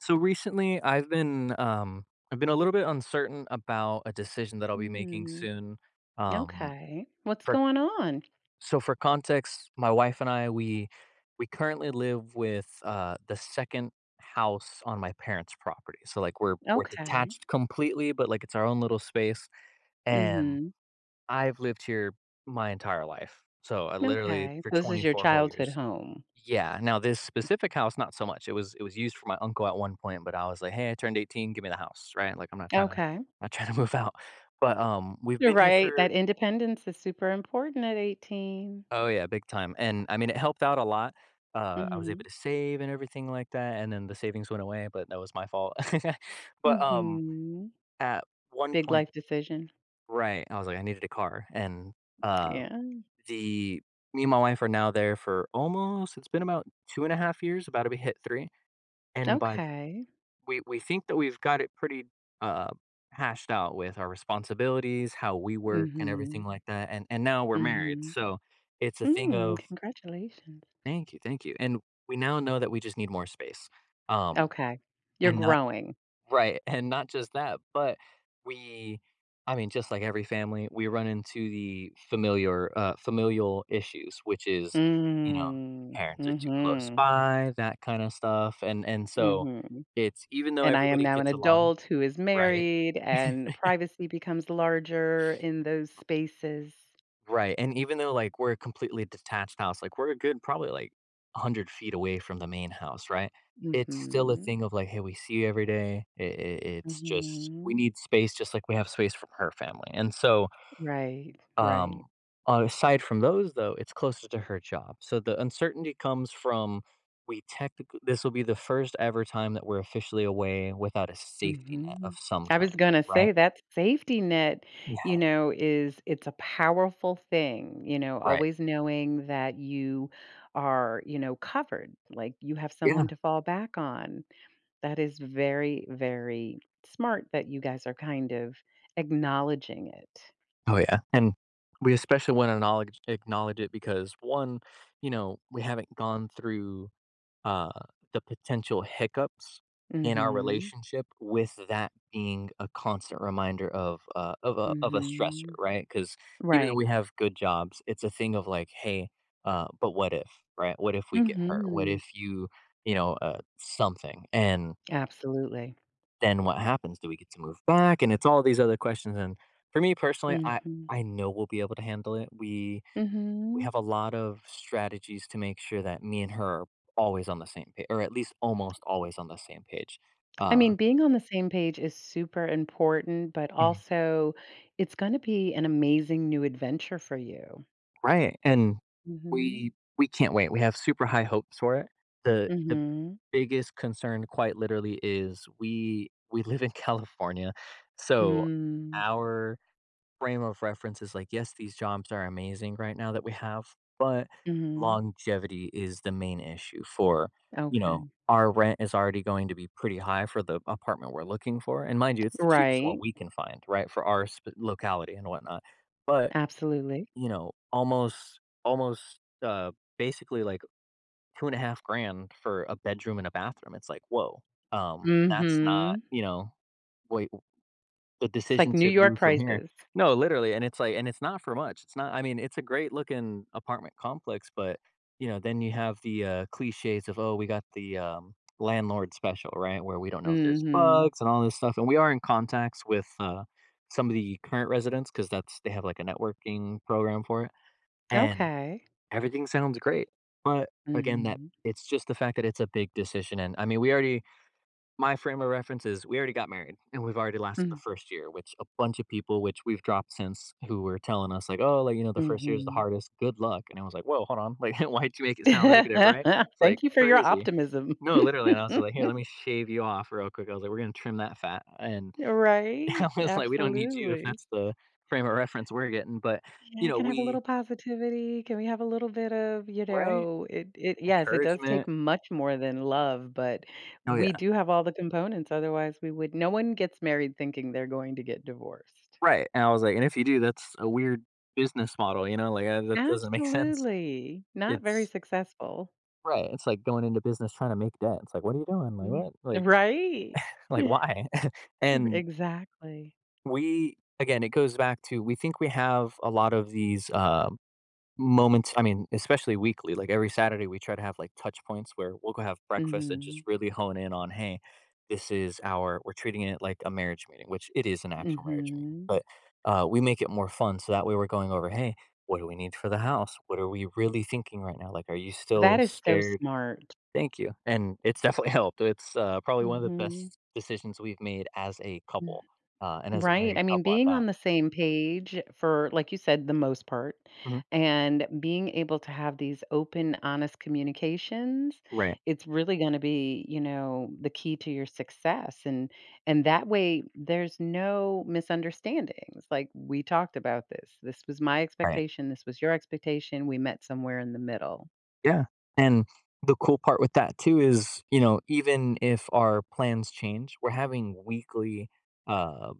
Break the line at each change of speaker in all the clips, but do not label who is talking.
So recently, I've been a little bit uncertain about a decision that I'll be making
Hmm.
soon. Um,
Okay. What's
for
going on?
for context, my wife and I we currently live with the second house on my parents' property. So like we're
Okay.
detached completely, but like it's our own little space. And
Mhm.
I've lived here my entire life. So I literally
Okay.
for
So this is your
24 whole
childhood
years.
home.
Yeah, now this specific house, not so much. It was used for my uncle at one point, but I was like, "Hey, I turned 18, give me the house," right? Like, I'm
Okay.
not trying to move out. But, we've
You're
been here
right.
for
That independence is super important at 18.
Oh, yeah, big time, and, I mean, it helped out a lot. I was
Mhm.
able to save and everything like that, and then the savings went away, but that was my fault. But, um,
Mhm.
at one
Big
point,
life decision.
right, I was like, "I needed a car," and, uh,
Yeah.
the me and my wife are now there for almost it's been about 2 and a half years, about to be hit 3, and by
Okay.
we think that we've got it pretty uh hashed out with our responsibilities, how we work and everything
Mhm.
like that. And now we're married.
Mhm.
So it's a thing
Mm,
of
congratulations.
Thank you, thank you. And we now know that we just need more space. Um
Okay. You're
and not
growing.
Right, and not just that, but we I mean just like every family, we run into the familiar familial issues, which is, you know,
Mm.
parents are too close
Mhm.
by, that kind of stuff. And so
Mhm.
it's even though
And I am
everybody
now an
gets along.
adult who is
Right.
married, and privacy becomes larger in those spaces.
Right. And even though like we're a completely detached house, like we're a good probably like 100 feet away from the main house, right? It's still a
Mhm.
thing of like, hey, we see you every day. It's just we
Mhm.
need space, just like we have space from her family.
Right, right.
Um, Aside from those, though, it's closer to her job. So the uncertainty comes from we technically this will be the first ever time that we're officially away without a safety net of
Mhm.
some
I was
kind,
gonna say
right?
that safety net, you
Yeah.
know, is it's a powerful thing,
Right.
always knowing that you are, covered, like, you have
Yeah.
someone to fall back on. That is very, very smart that you guys are kind of acknowledging it.
Oh yeah. And we especially want to acknowledge it because one, you know, we haven't gone through uh, the potential hiccups in our
Mhm.
relationship with that being a constant reminder of a stressor,
Mhm.
right? Because even though
Right.
we have good jobs, it's a thing of like, hey, but what if, right? What if we get hurt? What
Mhm.
if you, you know, something and
Absolutely.
then what happens? Do we get to move back? And it's all these other questions. And for me personally, I
Mhm.
I know we'll be able to handle it. We
Mhm.
have a lot of strategies to make sure that me and her are always on the same page, or at least almost always on the same page.
I
Uh,
mean, being on the same page is super important, but
Mhm.
also it's gonna be an amazing new adventure for you.
Right. And
Mhm.
we can't wait. We have super high hopes for it. The
Mhm.
biggest concern, quite literally, is we live in California, so
Mm.
our frame of reference is like, yes, these jobs are amazing right now that we have, but
Mhm.
longevity is the main issue for, you know,
Okay.
our rent is already going to be pretty high for the apartment we're looking for. And mind you, it's the cheapest one
Right.
we can find, right, for our locality and whatnot. But,
Absolutely.
you know, almost, uh, basically like two and a half grand for a bedroom and a bathroom. It's like, whoa, that's not,
Mhm.
you know, what the
It's like
decision
New
to
York
move from here.
prices.
No, literally, and it's like and it's not for much. It's not I mean, it's a great looking apartment complex, but, you know, then you have the, cliches of, "Oh, we got the, landlord special," right? Where we don't know if there's
Mhm.
bugs and all this stuff, and we are in contacts with, some of the current residents because that's they have, like, a networking program for it, and
Okay.
everything sounds great, but, again, that
Mhm.
it's just the fact that it's a big decision, and, I mean, we already my frame of reference is we already got married and we've already lasted the
Mm.
first year, which a bunch of people, which we've dropped since, who were telling us like, oh, like you know, the first year is the
Mhm.
hardest. Good luck. And I was like, whoa, hold on, like why'd you make it sound negative, right? It's like
Thank you for your
crazy.
optimism.
No, literally. And I was like, here, let me shave you off real quick. I was like, we're gonna trim that fat. And
Right,
I was like, we don't need you if
absolutely.
that's the frame of reference we're getting. But you
Yeah,
know,
can I have a
we
little positivity? Can we have a little bit of,
right.
it yes, it does take
Encouragement.
much more than love, but
Oh
we
yeah,
do have all the components, otherwise we would no one gets married thinking they're going to get divorced.
right. And I was like, and if you do, that's a weird business model. You know, like that doesn't make sense.
Absolutely. Not very
It's
successful.
Right, it's like going into business trying to make debt. It's like, "What are you doing? Like,
Mm.
what? Like
Right.
like, why?" And
Exactly.
we again, it goes back to we think we have a lot of these, moments. I mean, especially weekly, like, every Saturday, we try to have, like, touch points where we'll go have breakfast and just
Mhm,
really hone in on, "Hey, this is our." We're treating it like a marriage meeting, which it is an actual marriage meeting,
mhm.
but, we make it more fun, so that way we're going over, "Hey, what do we need for the house? What are we really thinking right now? Like, are you still
That is so
scared?"
smart.
Thank you, and it's definitely helped. It's, probably one of the
Mhm.
best decisions we've made as a
Mm.
couple, and as a
Right, I
married
mean,
couple at
being
that.
on the same page for, like you said, the most part,
Mhm.
and being able to have these open, honest communications,
Right,
it's really gonna be, the key to your success, and that way, there's no misunderstandings, like, "We talked about this. This was my
right.
expectation, this was your expectation, we met somewhere in the middle."
Yeah, and the cool part with that too is, you know, even if our plans change, we're having weekly, uh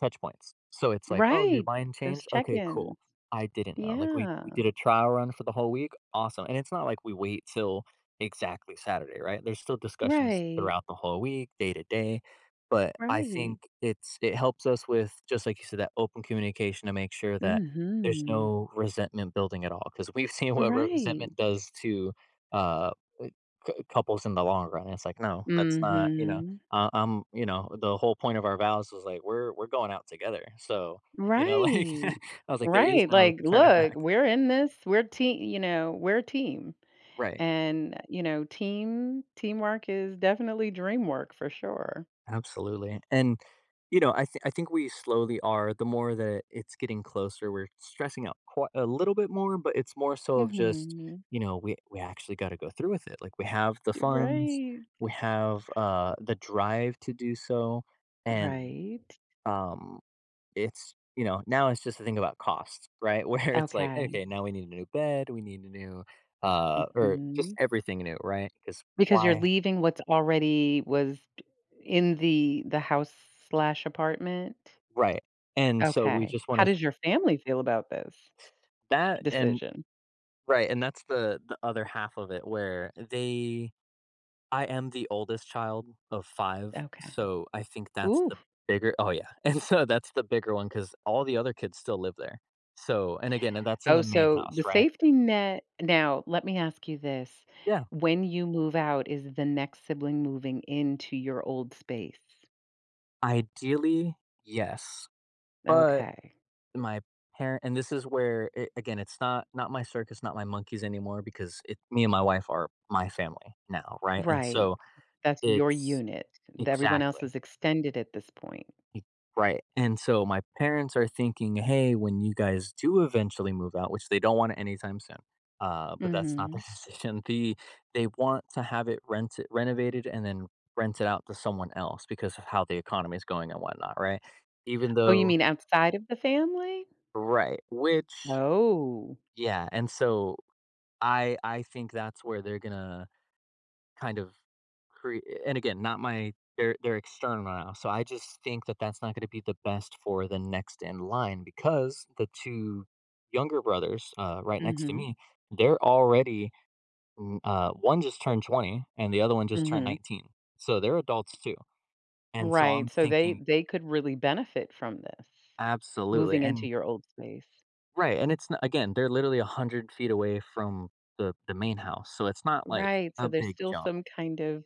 touch points. So it's like, "Oh, your
Right,
mind
those
changed? Okay, cool.
check-ins.
I didn't know." Like, we
Yeah.
did a trial run for the whole week, awesome, and it's not like we wait till exactly Saturday, right? There's still discussions
Right,
throughout the whole week, day to day, but I
right.
think it helps us with, just like you said, that open communication to make sure that there's
Mhm.
no resentment building at all, because 'cause we've seen what
Right.
resentment does to, uh, uh, couples in the long run, it's like, "No, that's not." You know?
Mhm.
You know, the whole point of our vows was like we're going out together. So, you know, like
Right.
I was like, there is
Right,
no
like,
turning
"Look,
back.
we're in this. We're a team."
Right.
And, teamwork is definitely dream work for sure.
Absolutely. And you know, I think we slowly are. The more that it's getting closer, we're stressing out quite a little bit more. But it's more so of just
Mhm.
you know we actually got to go through with it. Like we have the funds,
Right.
we have the drive to do so, and
Right.
um It's you know, now it's just a thing about costs, right? Where it's like,
Okay.
okay, now we need a new bed, we need a new, or just
Mhm.
everything new, right? Because
Because you're
why,
leaving what's already was in the house/apartment? Slash apartment.
right? And so we
Okay.
just
How
want to
does your family feel about this
that and
decision?
right, and that's the other half of it where they, I am the oldest child of five,
Okay.
so I think that's
Ooh.
the bigger. Oh yeah, and so that's the bigger one because all the other kids still live there. And again, and that's in
Oh,
the main
so
house,
the
right?
safety net now, let me ask you this.
Yeah,
When you move out, is the next sibling moving into your old space?
ideally yes, but
Okay.
My parent and this is where it again, it's not not my circus, not my monkeys anymore because it me and my wife are my family now, right? And
Right.
so
That's your
it's
unit. The Everyone
exactly.
else is extended at this point.
e- Right. And so my parents are thinking, hey, when you guys do eventually move out, which they don't want it anytime soon, but that's not
Mhm.
their decision. They want to have it rented renovated and then rent it out to someone else because of how the economy is going and whatnot, right? Even
Oh, you
though
mean outside of the family?
Right, which
Oh.
yeah, and so I think that's where they're gonna kind of create. And again, not my, they're external now, so I just think that that's not gonna be the best for the next in line because the 2 younger brothers, right next to
Mhm.
me, they're already, one just turned 20 and the other one just turned
Mhm.
19, so they're adults too, and so
Right.
I'm
So they
thinking
they could really benefit from this,
absolutely,
moving into
and
your old space.
right, and it's n again, they're literally 100 feet away from the main house, so it's not like
Right, so
a
there's
big
still
jump.
some kind of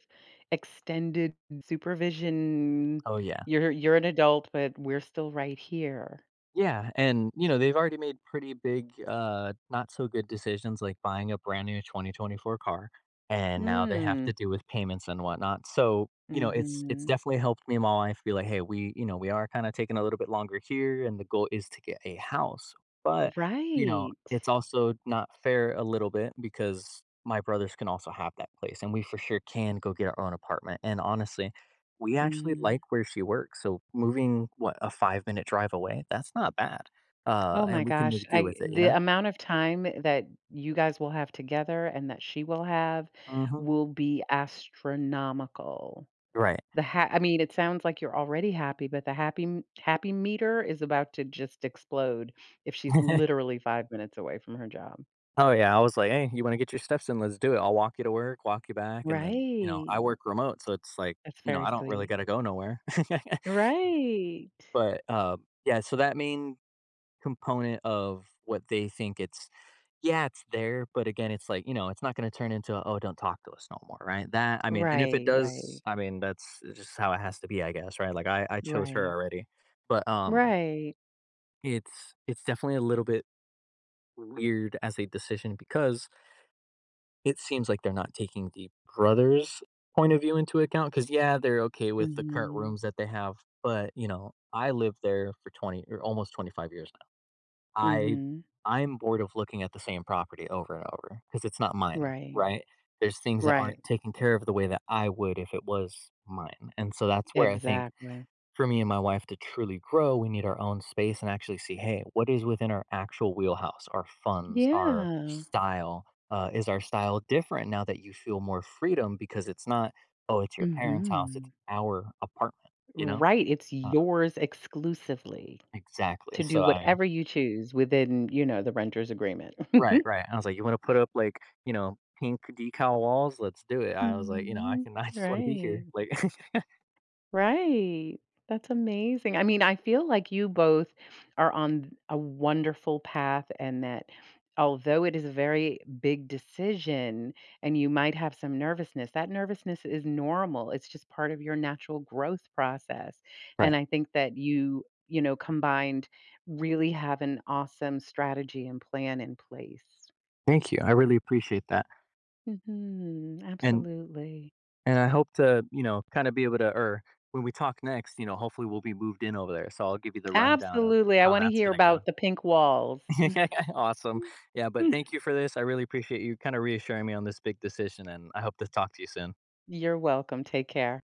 extended supervision.
Oh, yeah.
You're an adult, but we're still right here.
Yeah, and, you know, they've already made pretty big, not so good decisions like buying a brand new 2024 car, and now they have
Mm.
to deal with payments and whatnot. So, you know, it's
Mhm.
definitely helped me and my wife be like, "Hey, we you know, we are kinda taking a little bit longer here, and the goal is to get a house." But, you know,
Right.
it's also not fair a little bit because my brothers can also have that place, and we for sure can go get our own apartment. And honestly we actually
Mhm.
like where she works, so moving, what, a 5-minute drive away? That's not bad,
Oh my
and we can
gosh,
make do
I
with it, you
the
know?
amount of time that you guys will have together and that she will have
Mhm.
will be astronomical.
Right.
The ha I mean, it sounds like you're already happy, but the happy meter is about to just explode if she's literally 5 minutes away from her job.
Oh, yeah, I was like, "Hey, you wanna get your steps in? Let's do it. I'll walk you to work, walk you back," and then, you know,
Right.
I work remote, so it's like,
That's
you know,
very
I don't really
sweet.
gotta go nowhere.
Right.
Yeah, so that means component of what they think it's yeah, it's there, but again, it's like, you know, it's not going to turn into, a, oh, don't talk to us no more, right? That, I mean, and if it
Right, right,
does, I mean, that's just how it has to be, I guess, right? Like I chose her
right,
already, but
right.
it's definitely a little bit weird as a decision because it seems like they're not taking the brother's point of view into account. Because yeah, they're okay with the current
Mhm.
rooms that they have, but you know, I lived there for 20 or almost 25 years. I
Mhm.
I'm bored of looking at the same property over and over because it's not mine,
Right,
right? There's things that
right.
aren't taken care of the way that I would if it was mine. And so that's where I think
Exactly.
for me and my wife to truly grow, we need our own space and actually see, hey, what is within our actual wheelhouse, our funds, our
Yeah.
style? Is our style different now that you feel more freedom because it's not, oh, it's your parents' house, it's
Mhm.
our apartment, you know?
Right, it's
Uh,
yours exclusively
exactly.
to do
So I
whatever you choose within, the renter's agreement.
right, right. I was like, "You wanna put up, like, you know, pink decal walls? Let's do it." I was like, "You know, I
Mhm.
can I just wanna be
Right.
here." Like
Right. That's amazing. I mean, I feel like you both are on a wonderful path and that although it is a very big decision and you might have some nervousness, that nervousness is normal. It's just part of your natural growth process. And
Right.
I think that you, combined really have an awesome strategy and plan in place.
Thank you. I really appreciate that.
Hmm.
And
Absolutely.
and I hope to, you know, kinda be able to or when we talk next, you know, hopefully we'll be moved in over there, so I'll give you the rundown of
Absolutely, I
how
wanna
that's
hear
gonna go.
about the pink walls.
Awesome. Yeah, but thank you for this. I really appreciate you kinda reassuring me on this big decision, and I hope to talk to you soon.
You're welcome, take care.